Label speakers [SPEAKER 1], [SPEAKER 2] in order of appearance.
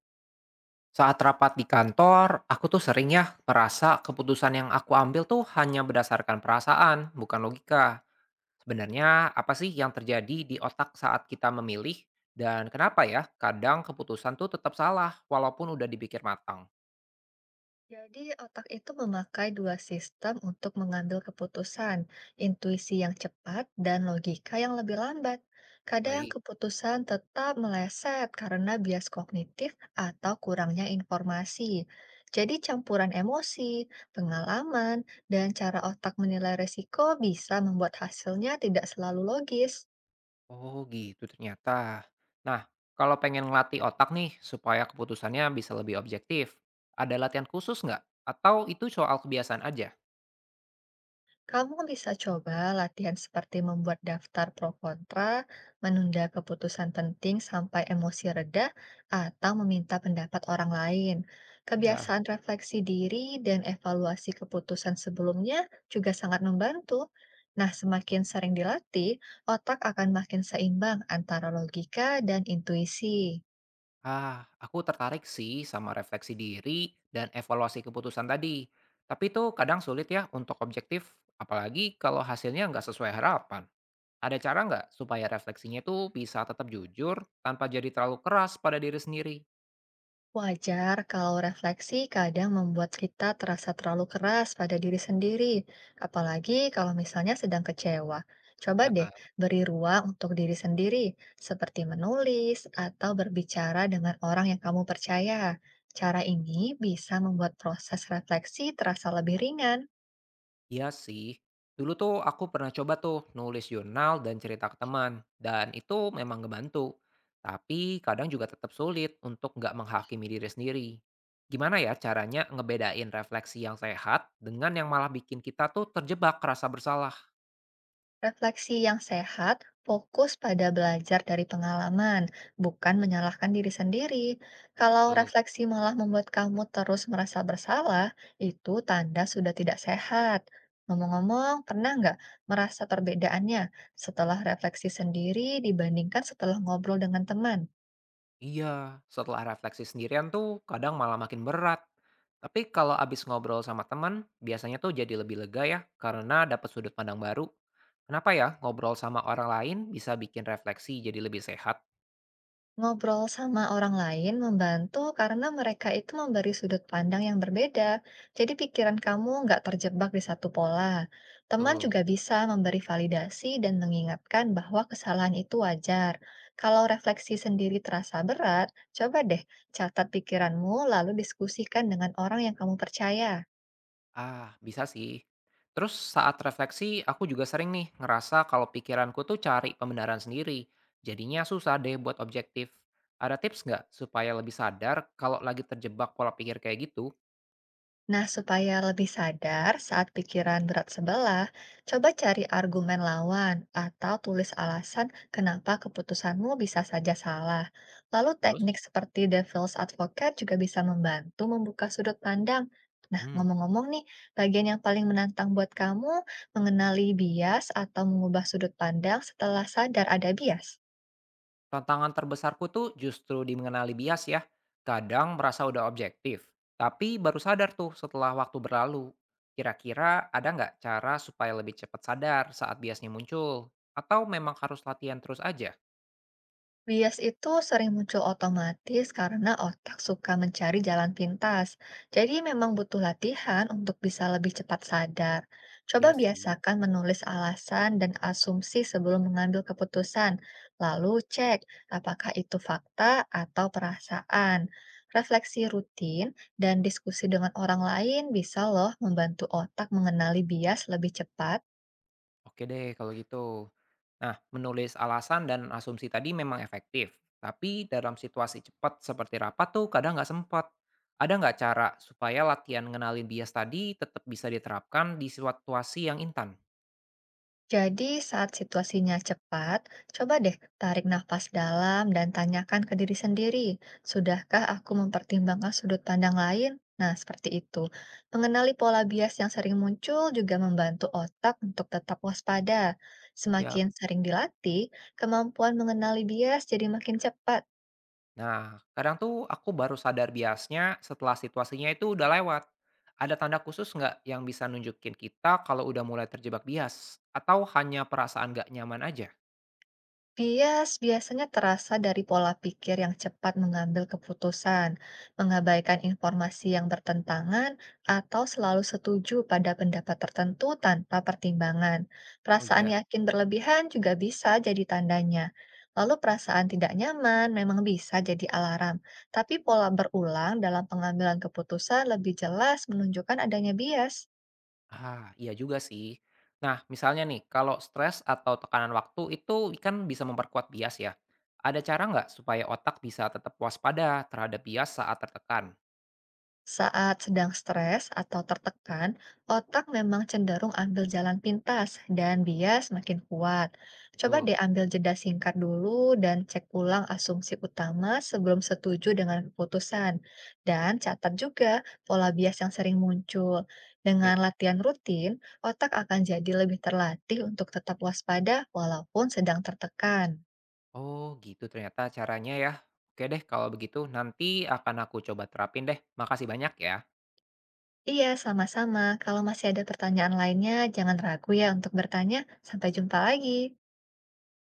[SPEAKER 1] Saat rapat di kantor, aku tuh sering ya merasa keputusan yang aku ambil tuh hanya berdasarkan perasaan, bukan logika. Sebenarnya apa sih yang terjadi di otak saat kita memilih? Dan kenapa ya kadang keputusan tuh tetap salah walaupun udah dipikir matang?
[SPEAKER 2] Jadi, otak itu memakai dua sistem untuk mengambil keputusan, intuisi yang cepat dan logika yang lebih lambat. Kadang
[SPEAKER 1] Baik.
[SPEAKER 2] keputusan tetap meleset karena bias kognitif atau kurangnya informasi. Jadi, campuran emosi, pengalaman, dan cara otak menilai risiko bisa membuat hasilnya tidak selalu logis.
[SPEAKER 1] Oh gitu ternyata. Nah, kalau pengen ngelatih otak nih supaya keputusannya bisa lebih objektif, ada latihan khusus nggak? Atau itu soal kebiasaan aja?
[SPEAKER 2] Kamu bisa coba latihan seperti membuat daftar pro kontra, menunda keputusan penting sampai emosi reda, atau meminta pendapat orang lain.
[SPEAKER 1] Ya.
[SPEAKER 2] Kebiasaan refleksi diri dan evaluasi keputusan sebelumnya juga sangat membantu. Nah, semakin sering dilatih, otak akan makin seimbang antara logika dan intuisi.
[SPEAKER 1] Ah, aku tertarik sih sama refleksi diri dan evaluasi keputusan tadi. Tapi itu kadang sulit ya untuk objektif, apalagi kalau hasilnya nggak sesuai harapan. Ada cara nggak supaya refleksinya itu bisa tetap jujur tanpa jadi terlalu keras pada diri sendiri?
[SPEAKER 2] Wajar kalau refleksi kadang membuat kita terasa terlalu keras pada diri sendiri, apalagi kalau misalnya sedang kecewa. Coba
[SPEAKER 1] Ya
[SPEAKER 2] deh
[SPEAKER 1] kan?
[SPEAKER 2] beri ruang untuk diri sendiri, seperti menulis atau berbicara dengan orang yang kamu percaya. Cara ini bisa membuat proses refleksi terasa lebih ringan.
[SPEAKER 1] Iya sih. Dulu tuh aku pernah coba tuh nulis jurnal dan cerita ke teman, dan itu memang ngebantu. Tapi kadang juga tetap sulit untuk nggak menghakimi diri sendiri. Gimana ya caranya ngebedain refleksi yang sehat dengan yang malah bikin kita tuh terjebak rasa bersalah?
[SPEAKER 2] Refleksi yang sehat fokus pada belajar dari pengalaman, bukan menyalahkan diri sendiri. Kalau
[SPEAKER 1] Betul.
[SPEAKER 2] refleksi malah membuat kamu terus merasa bersalah, itu tanda sudah tidak sehat. Ngomong-ngomong, pernah nggak merasa perbedaannya setelah refleksi sendiri dibandingkan setelah ngobrol dengan teman?
[SPEAKER 1] Iya, setelah refleksi sendirian tuh kadang malah makin berat. Tapi kalau abis ngobrol sama teman, biasanya tuh jadi lebih lega ya, karena dapat sudut pandang baru. Kenapa ya ngobrol sama orang lain bisa bikin refleksi jadi lebih sehat?
[SPEAKER 2] Ngobrol sama orang lain membantu karena mereka itu memberi sudut pandang yang berbeda. Jadi pikiran kamu nggak terjebak di satu pola. Teman
[SPEAKER 1] Tuh.
[SPEAKER 2] juga bisa memberi validasi dan mengingatkan bahwa kesalahan itu wajar. Kalau refleksi sendiri terasa berat, coba deh catat pikiranmu lalu diskusikan dengan orang yang kamu percaya.
[SPEAKER 1] Ah, bisa sih. Terus saat refleksi, aku juga sering nih ngerasa kalau pikiranku tuh cari pembenaran sendiri. Jadinya susah deh buat objektif. Ada tips nggak supaya lebih sadar kalau lagi terjebak pola pikir kayak gitu?
[SPEAKER 2] Nah, supaya lebih sadar saat pikiran berat sebelah, coba cari argumen lawan atau tulis alasan kenapa keputusanmu bisa saja salah. Lalu
[SPEAKER 1] Terus?
[SPEAKER 2] teknik seperti Devil's Advocate juga bisa membantu membuka sudut pandang. Nah,
[SPEAKER 1] Hmm.
[SPEAKER 2] ngomong-ngomong nih, bagian yang paling menantang buat kamu mengenali bias atau mengubah sudut pandang setelah sadar ada bias.
[SPEAKER 1] Tantangan terbesarku tuh justru di mengenali bias ya. Kadang merasa udah objektif, tapi baru sadar tuh setelah waktu berlalu. Kira-kira ada nggak cara supaya lebih cepat sadar saat biasnya muncul? Atau memang harus latihan terus aja?
[SPEAKER 2] Bias itu sering muncul otomatis karena otak suka mencari jalan pintas. Jadi memang butuh latihan untuk bisa lebih cepat sadar. Coba
[SPEAKER 1] Ya sih.
[SPEAKER 2] biasakan menulis alasan dan asumsi sebelum mengambil keputusan. Lalu cek apakah itu fakta atau perasaan. Refleksi rutin dan diskusi dengan orang lain bisa loh membantu otak mengenali bias lebih cepat.
[SPEAKER 1] Oke deh kalau gitu. Nah, menulis alasan dan asumsi tadi memang efektif. Tapi dalam situasi cepat seperti rapat tuh kadang nggak sempat. Ada nggak cara supaya latihan ngenalin bias tadi tetap bisa diterapkan di situasi yang intan?
[SPEAKER 2] Jadi, saat situasinya cepat, coba deh tarik nafas dalam dan tanyakan ke diri sendiri, sudahkah aku mempertimbangkan sudut pandang lain? Nah, seperti itu. Mengenali pola bias yang sering muncul juga membantu otak untuk tetap waspada.
[SPEAKER 1] Ya.
[SPEAKER 2] Semakin sering dilatih, kemampuan mengenali bias jadi makin cepat.
[SPEAKER 1] Nah, kadang tuh aku baru sadar biasnya setelah situasinya itu udah lewat. Ada tanda khusus nggak yang bisa nunjukin kita kalau udah mulai terjebak bias? Atau hanya perasaan nggak nyaman aja?
[SPEAKER 2] Bias biasanya terasa dari pola pikir yang cepat mengambil keputusan, mengabaikan informasi yang bertentangan, atau selalu setuju pada pendapat tertentu tanpa pertimbangan.
[SPEAKER 1] Oh
[SPEAKER 2] Perasaan
[SPEAKER 1] iya.
[SPEAKER 2] yakin berlebihan juga bisa jadi tandanya. Lalu perasaan tidak nyaman memang bisa jadi alarm, tapi pola berulang dalam pengambilan keputusan lebih jelas menunjukkan adanya bias.
[SPEAKER 1] Ah, iya juga sih. Nah, misalnya nih, kalau stres atau tekanan waktu itu kan bisa memperkuat bias ya. Ada cara nggak supaya otak bisa tetap waspada terhadap bias saat tertekan?
[SPEAKER 2] Saat sedang stres atau tertekan, otak memang cenderung ambil jalan pintas dan bias makin kuat. Coba
[SPEAKER 1] Betul.
[SPEAKER 2] deh ambil jeda singkat dulu dan cek ulang asumsi utama sebelum setuju dengan keputusan. Dan catat juga pola bias yang sering muncul. Dengan
[SPEAKER 1] Tip.
[SPEAKER 2] latihan rutin, otak akan jadi lebih terlatih untuk tetap waspada walaupun sedang tertekan.
[SPEAKER 1] Oh, gitu ternyata caranya ya. Oke deh, kalau begitu nanti akan aku coba terapin deh. Makasih banyak ya.
[SPEAKER 2] Iya, sama-sama. Kalau masih ada pertanyaan lainnya, jangan ragu ya untuk bertanya. Sampai jumpa lagi.